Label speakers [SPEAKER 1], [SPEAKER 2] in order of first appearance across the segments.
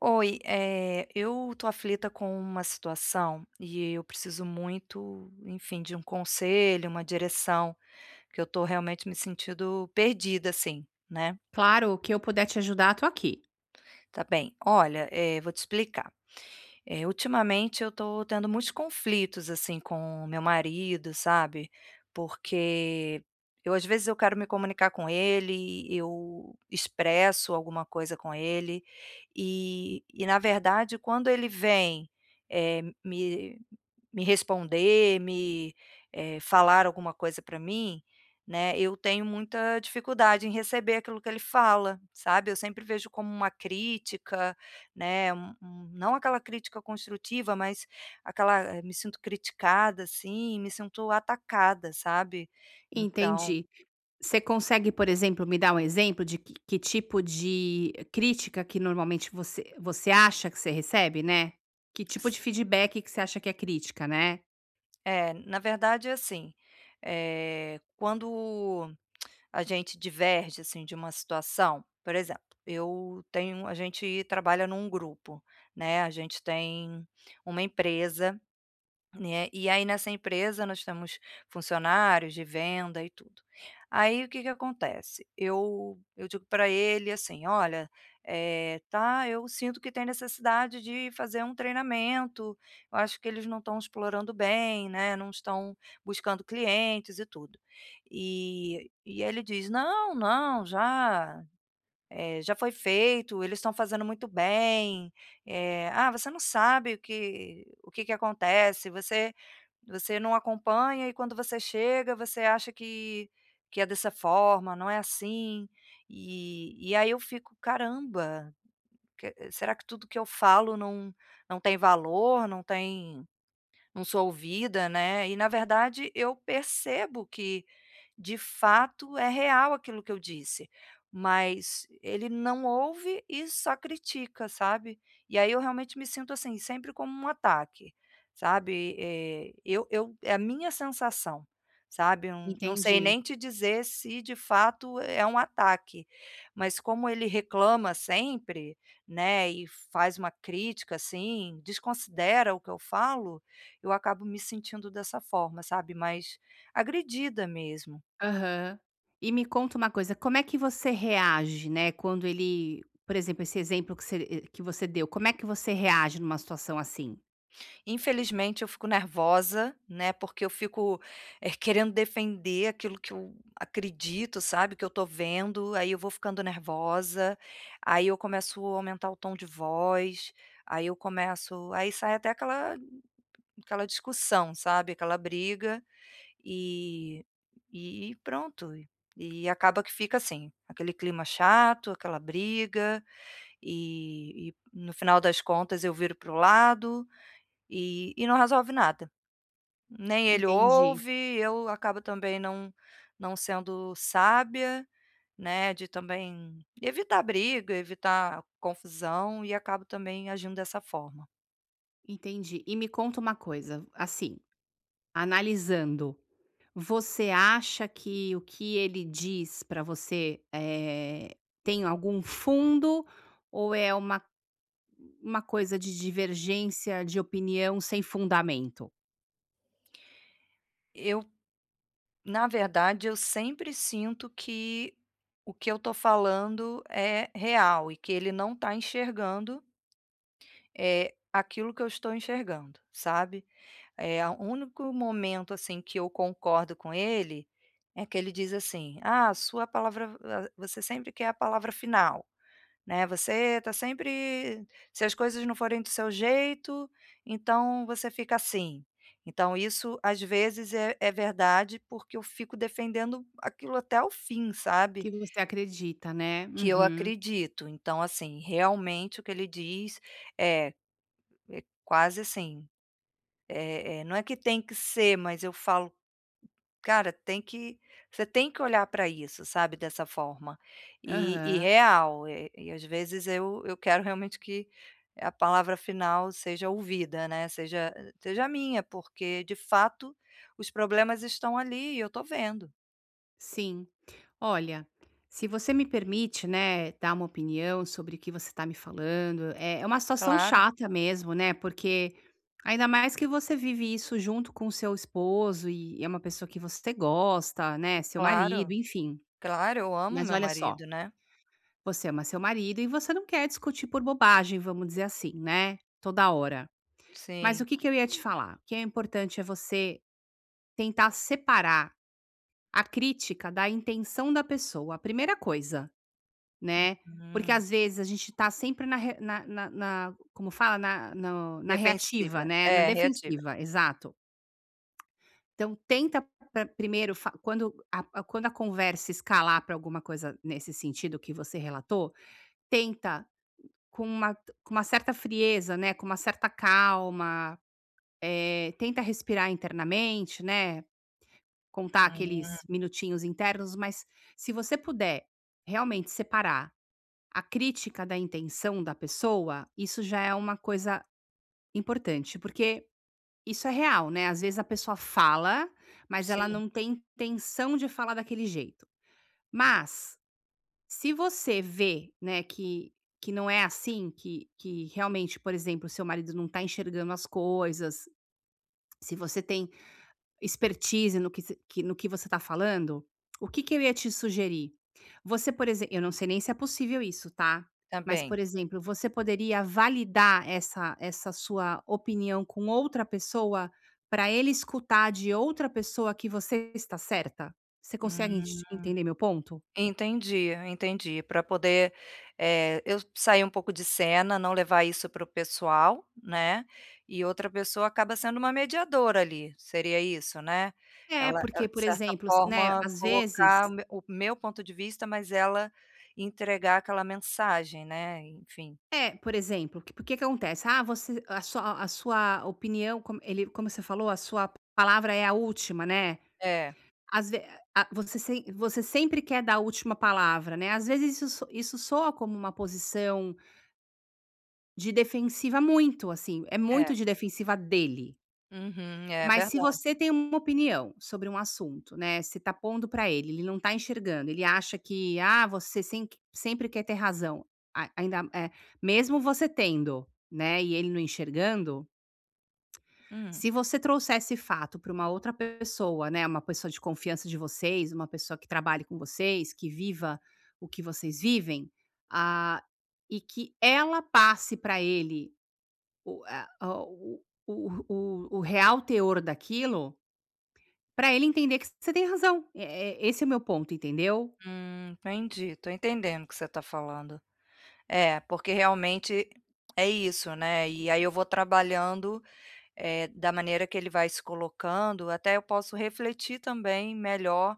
[SPEAKER 1] Oi, eu tô aflita com uma situação e eu preciso muito, enfim, de um conselho, uma direção, que eu tô realmente me sentindo perdida, assim, né?
[SPEAKER 2] Claro, o que eu puder te ajudar, tô aqui.
[SPEAKER 1] Tá bem, olha, vou te explicar. É, ultimamente eu tô tendo muitos conflitos, assim, com meu marido, sabe, porque eu às vezes eu quero me comunicar com ele, eu expresso alguma coisa com ele, e na verdade quando ele vem, eh, me me responder, falar alguma coisa para mim, né, eu tenho muita dificuldade em receber aquilo que ele fala, sabe. Eu sempre vejo como uma crítica, né, um não aquela crítica construtiva, mas aquela me sinto criticada, assim, me sinto atacada, sabe. Então
[SPEAKER 2] Entendi. Você consegue, por exemplo, me dar um exemplo de que tipo de crítica que normalmente você acha que você recebe, né? Que tipo
[SPEAKER 1] s
[SPEAKER 2] de feedback que você acha que é crítica, né?
[SPEAKER 1] é, na verdade, é assim, quando a gente diverge, assim, de uma situação, por exemplo, eu tenho a gente trabalha num grupo, né, a gente tem uma empresa, né, e aí nessa empresa nós temos funcionários de venda e tudo. Aí o que que acontece? Eu digo para ele assim: "Olha, tá, eu sinto que tem necessidade de fazer um treinamento, eu acho que eles não estão explorando bem, né, não estão buscando clientes e tudo". E ele diz: "Não, não, já já foi feito, eles estão fazendo muito bem", "Ah, você não sabe o que o que acontece, você você não acompanha e quando você chega, você acha que é dessa forma, não é assim". E aí eu fico: "Caramba, que será que tudo que eu falo não não tem valor, não tem". Não sou ouvida, né. E na verdade eu percebo que, de fato, é real aquilo que eu disse, mas ele não ouve e só critica, sabe. E aí eu realmente me sinto, assim, sempre como um ataque, sabe. Eu é a minha sensação, sabe. Não não sei
[SPEAKER 2] Entendi.
[SPEAKER 1] nem te dizer se de fato é um ataque, mas como ele reclama sempre, né, e faz uma crítica, assim, desconsidera o que eu falo, eu acabo me sentindo dessa forma, sabe, mais agredida mesmo.
[SPEAKER 2] Aham. E me conta uma coisa, como é que você reage, né? Quando ele, por exemplo, esse exemplo que que você deu, como é que você reage numa situação assim?
[SPEAKER 1] Infelizmente eu fico nervosa, né, porque eu fico, querendo defender aquilo que eu acredito, sabe, que eu tô vendo, aí eu vou ficando nervosa, aí eu começo a aumentar o tom de voz, aí eu começo aí sai até aquela discussão, sabe, aquela briga, e e pronto. E acaba que fica assim, aquele clima chato, aquela briga. E no final das contas eu viro pro lado e não resolve nada. Nem ele
[SPEAKER 2] Entendi,
[SPEAKER 1] ouve, eu acabo também não não sendo sábia, né, de também evitar briga, evitar confusão e acabo também agindo dessa forma.
[SPEAKER 2] entendi. E me conta uma coisa, assim, analisando. Você acha que o que ele diz para tem algum fundo ou é uma coisa de divergência de opinião sem fundamento?
[SPEAKER 1] Eu, na verdade, eu sempre sinto que o que eu estou falando é real e que ele não está enxergando, é aquilo que eu estou enxergando, sabe. É, o único momento, assim, que eu concordo com ele, é que ele diz assim: "Ah, a sua palavra a você sempre quer a palavra final, né, você tá sempre se as coisas não forem do seu jeito, então você fica assim". Então isso, às vezes, é verdade, porque eu fico defendendo aquilo até o fim, sabe,
[SPEAKER 2] Que você acredita, né.
[SPEAKER 1] que eu
[SPEAKER 2] Uhum.
[SPEAKER 1] acredito. Então, assim, realmente o que ele diz é é quase assim, não é que tem que ser, mas eu falo: Cara, tem que você tem que olhar para isso, sabe, dessa forma. E
[SPEAKER 2] Aham.
[SPEAKER 1] real, e às vezes eu quero realmente que a palavra final seja ouvida, né, seja seja minha, porque de fato os problemas estão ali e eu tô vendo.
[SPEAKER 2] Sim. Olha, se você me permite, né, dar uma opinião sobre o que você está me falando, é uma situação
[SPEAKER 1] Claro,
[SPEAKER 2] chata mesmo, né, porque ainda mais que você vive isso junto com o seu esposo e é uma pessoa que você gosta, né, seu
[SPEAKER 1] claro,
[SPEAKER 2] marido, enfim.
[SPEAKER 1] claro, eu amo
[SPEAKER 2] Mas
[SPEAKER 1] meu
[SPEAKER 2] olha só,
[SPEAKER 1] marido, né.
[SPEAKER 2] você ama seu marido e você não quer discutir por bobagem, vamos dizer assim, né, toda hora. Mas o
[SPEAKER 1] Sim.
[SPEAKER 2] que que eu ia te falar? O que é importante é você tentar separar a crítica da intenção da pessoa, a primeira coisa. Né, porque
[SPEAKER 1] Uhum.
[SPEAKER 2] às vezes a gente tá sempre na como fala? Na no na reativa,
[SPEAKER 1] Defensiva.
[SPEAKER 2] né, na
[SPEAKER 1] É, reativa.
[SPEAKER 2] defensiva, exato. Então tenta pra primeiro fa quando a quando a conversa escalar para alguma coisa nesse sentido que você relatou, tenta com uma com uma certa frieza, né, com uma certa calma, tenta respirar internamente, né, contar
[SPEAKER 1] Hum,
[SPEAKER 2] aqueles minutinhos internos, mas se você puder realmente separar a crítica da intenção da pessoa, isso já é uma coisa importante, porque isso é real, né? Às vezes a pessoa fala, mas ela
[SPEAKER 1] sim,
[SPEAKER 2] não tem intenção de falar daquele jeito. Mas se você vê, né, que não é assim, que realmente, por exemplo, seu marido não tá enxergando as coisas, se você tem expertise no que você está falando, o que que eu ia te sugerir? Você, por exemplo, eu não sei nem se é possível isso, tá. Mas,
[SPEAKER 1] também.
[SPEAKER 2] por exemplo, você poderia validar essa sua opinião com outra pessoa, para ele escutar de outra pessoa que você está certa? Você consegue
[SPEAKER 1] Hum.
[SPEAKER 2] entender meu ponto?
[SPEAKER 1] Entendi, entendi. Para poder, eu sair um pouco de cena, não levar isso para o pessoal, né, e outra pessoa acaba sendo uma mediadora ali, seria isso, né?
[SPEAKER 2] É,
[SPEAKER 1] Ela
[SPEAKER 2] porque,
[SPEAKER 1] de
[SPEAKER 2] por
[SPEAKER 1] certa
[SPEAKER 2] exemplo, s né,
[SPEAKER 1] forma
[SPEAKER 2] às vezes
[SPEAKER 1] colocar o meu ponto de vista, mas ela entregar aquela mensagem, né, enfim.
[SPEAKER 2] é, por exemplo, que porque que acontece? Ah, você a sua opinião, como ele como você falou, a sua palavra é a última, né?
[SPEAKER 1] É,
[SPEAKER 2] Às ve a você sem você sempre quer dar a última palavra, né, às vezes isso soa como uma posição de defensiva muito, assim, é muito
[SPEAKER 1] é.
[SPEAKER 2] de defensiva dele.
[SPEAKER 1] Uhum, é
[SPEAKER 2] Mas se você
[SPEAKER 1] verdade.
[SPEAKER 2] tem uma opinião sobre um assunto, né, você tá pondo pra ele, ele não tá enxergando, ele acha que: "Ah, você sem sempre quer ter razão", a ainda, mesmo você tendo, né, e ele não enxergando,
[SPEAKER 1] Hum,
[SPEAKER 2] se você trouxer esse fato para uma outra pessoa, né, uma pessoa de confiança de vocês, uma pessoa que trabalhe com vocês, que viva o que vocês vivem, ah, e que ela passe para ele o, a- o, o real teor daquilo, para ele entender que você tem razão. Esse é o meu ponto, entendeu?
[SPEAKER 1] entendi, tô entendendo o que você está falando. É, porque realmente é isso, né, e aí eu vou trabalhando da maneira que ele vai se colocando, até eu posso refletir também melhor,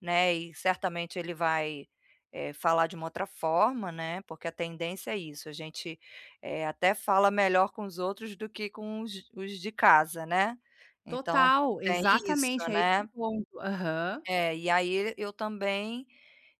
[SPEAKER 1] né, e certamente ele vai, falar de uma outra forma, né, porque a tendência é isso, a gente, até fala melhor com os outros do que com os de casa, né. Então
[SPEAKER 2] Total,
[SPEAKER 1] tem isso,
[SPEAKER 2] exatamente, é esse o
[SPEAKER 1] né.
[SPEAKER 2] ponto. Aham,
[SPEAKER 1] É, e aí eu também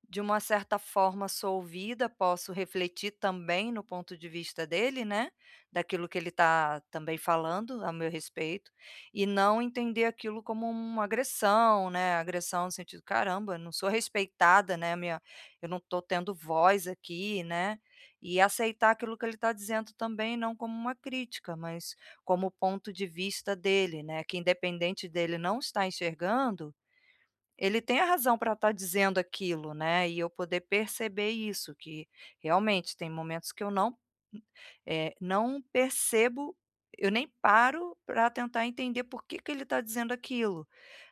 [SPEAKER 1] de uma certa forma, sou ouvida, posso refletir também no ponto de vista dele, né, daquilo que ele está também falando a meu respeito, e não entender aquilo como uma agressão, né, agressão no sentido: "Caramba, não sou respeitada, né, minha eu não estou tendo voz aqui", né, e aceitar aquilo que ele está dizendo também, não como uma crítica, mas como o ponto de vista dele, né, que independente dele não estar enxergando, ele tem a razão para estar dizendo aquilo, né, e eu poder perceber isso, que realmente tem momentos que eu não, não percebo, eu nem paro para tentar entender por que que ele está dizendo aquilo,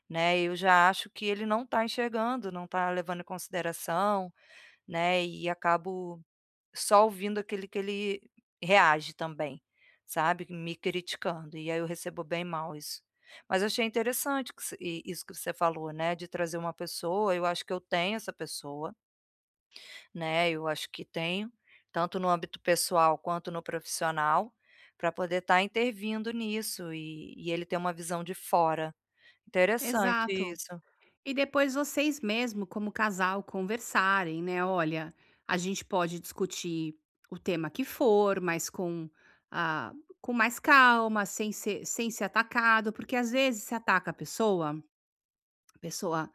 [SPEAKER 1] né, eu já acho que ele não está enxergando, não está levando em consideração, né, e acabo só ouvindo aquele que ele reage também, sabe, me criticando, e aí eu recebo bem mal isso. Mas eu achei interessante que você i isso que você falou, né, de trazer uma pessoa, eu acho que eu tenho essa pessoa, né, eu acho que tenho, tanto no âmbito pessoal quanto no profissional, para poder estar intervindo nisso e ele ter uma visão de fora. Interessante
[SPEAKER 2] exato.
[SPEAKER 1] isso.
[SPEAKER 2] E depois vocês mesmo, como casal, conversarem, né? Olha, a gente pode discutir o tema que for, mas ah, com mais calma, sem ser atacado, porque às vezes se ataca a pessoa, a pessoa.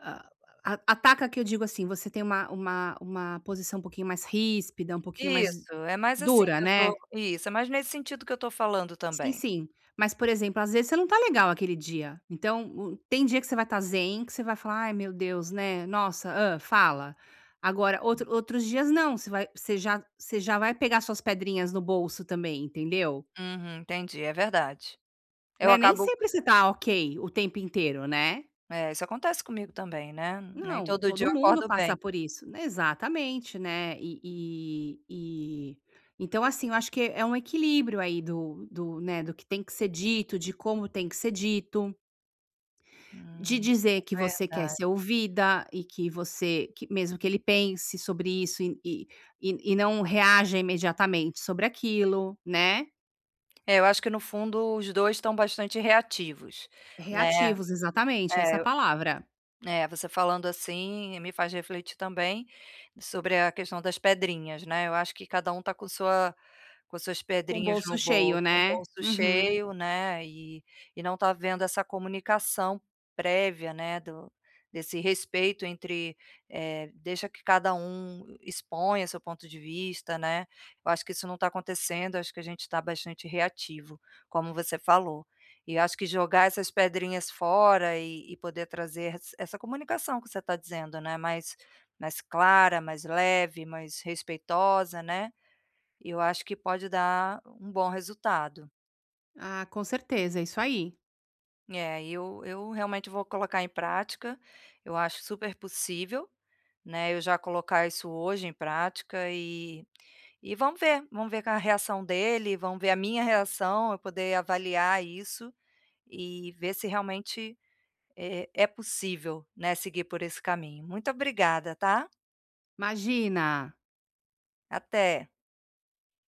[SPEAKER 2] ah, ataca que eu digo assim, você tem uma posição um pouquinho mais ríspida, um pouquinho mais
[SPEAKER 1] Isso, é mais assim
[SPEAKER 2] dura,
[SPEAKER 1] que eu
[SPEAKER 2] né?
[SPEAKER 1] tô isso, é mais nesse sentido que eu tô falando
[SPEAKER 2] Sim,
[SPEAKER 1] também.
[SPEAKER 2] sim. Mas, por exemplo, às vezes você não tá legal aquele dia. Então, o tem dia que você vai estar zen, que você vai falar: "Ai, meu Deus, né, nossa, hã, fala". Agora, outros dias não, você já vai pegar suas pedrinhas no bolso também, entendeu?
[SPEAKER 1] Uhum, entendi, é verdade. Eu
[SPEAKER 2] Né, nem
[SPEAKER 1] acabo
[SPEAKER 2] sempre você tá ok o tempo inteiro, né.
[SPEAKER 1] é, isso acontece comigo também, né, nem
[SPEAKER 2] Não,
[SPEAKER 1] todo dia
[SPEAKER 2] todo
[SPEAKER 1] eu
[SPEAKER 2] mundo
[SPEAKER 1] acordo
[SPEAKER 2] passa
[SPEAKER 1] bem.
[SPEAKER 2] por isso. Né, exatamente, né. E então, assim, eu acho que é um equilíbrio aí né, do que tem que ser dito, de como tem que ser dito. De
[SPEAKER 1] Hum,
[SPEAKER 2] dizer que
[SPEAKER 1] é
[SPEAKER 2] você quer ser
[SPEAKER 1] verdade.
[SPEAKER 2] ouvida e que mesmo que ele pense sobre isso e não reaja imediatamente sobre aquilo, né.
[SPEAKER 1] É, eu acho que no fundo os 2 estão bastante reativos, né.
[SPEAKER 2] Reativos, exatamente, essa
[SPEAKER 1] É,
[SPEAKER 2] palavra.
[SPEAKER 1] é, você falando assim me faz refletir também sobre a questão das pedrinhas, né. Eu acho que cada um tá com sua com suas
[SPEAKER 2] Com o
[SPEAKER 1] pedrinhas
[SPEAKER 2] bolso
[SPEAKER 1] no
[SPEAKER 2] cheio,
[SPEAKER 1] bolso, com o
[SPEAKER 2] né.
[SPEAKER 1] bolso
[SPEAKER 2] Uhum.
[SPEAKER 1] cheio, né, e não tá vendo essa comunicação prévia, né, do desse respeito entre, deixa que cada um exponha seu ponto de vista, né. Eu acho que isso não tá acontecendo, acho que a gente tá bastante reativo, como você falou. E acho que jogar essas pedrinhas fora e poder trazer essa comunicação que você está dizendo, né, mais mais clara, mais leve, mais respeitosa, né, eu acho que pode dar um bom resultado.
[SPEAKER 2] Ah, com certeza, é isso aí.
[SPEAKER 1] É, eu realmente vou colocar em prática, eu acho super possível, né, eu já colocar isso hoje em prática e vamos ver a reação dele, vamos ver a minha reação, eu poder avaliar isso e ver se realmente é possível, né, seguir por esse caminho. Muito obrigada, tá?
[SPEAKER 2] Imagina.
[SPEAKER 1] Até.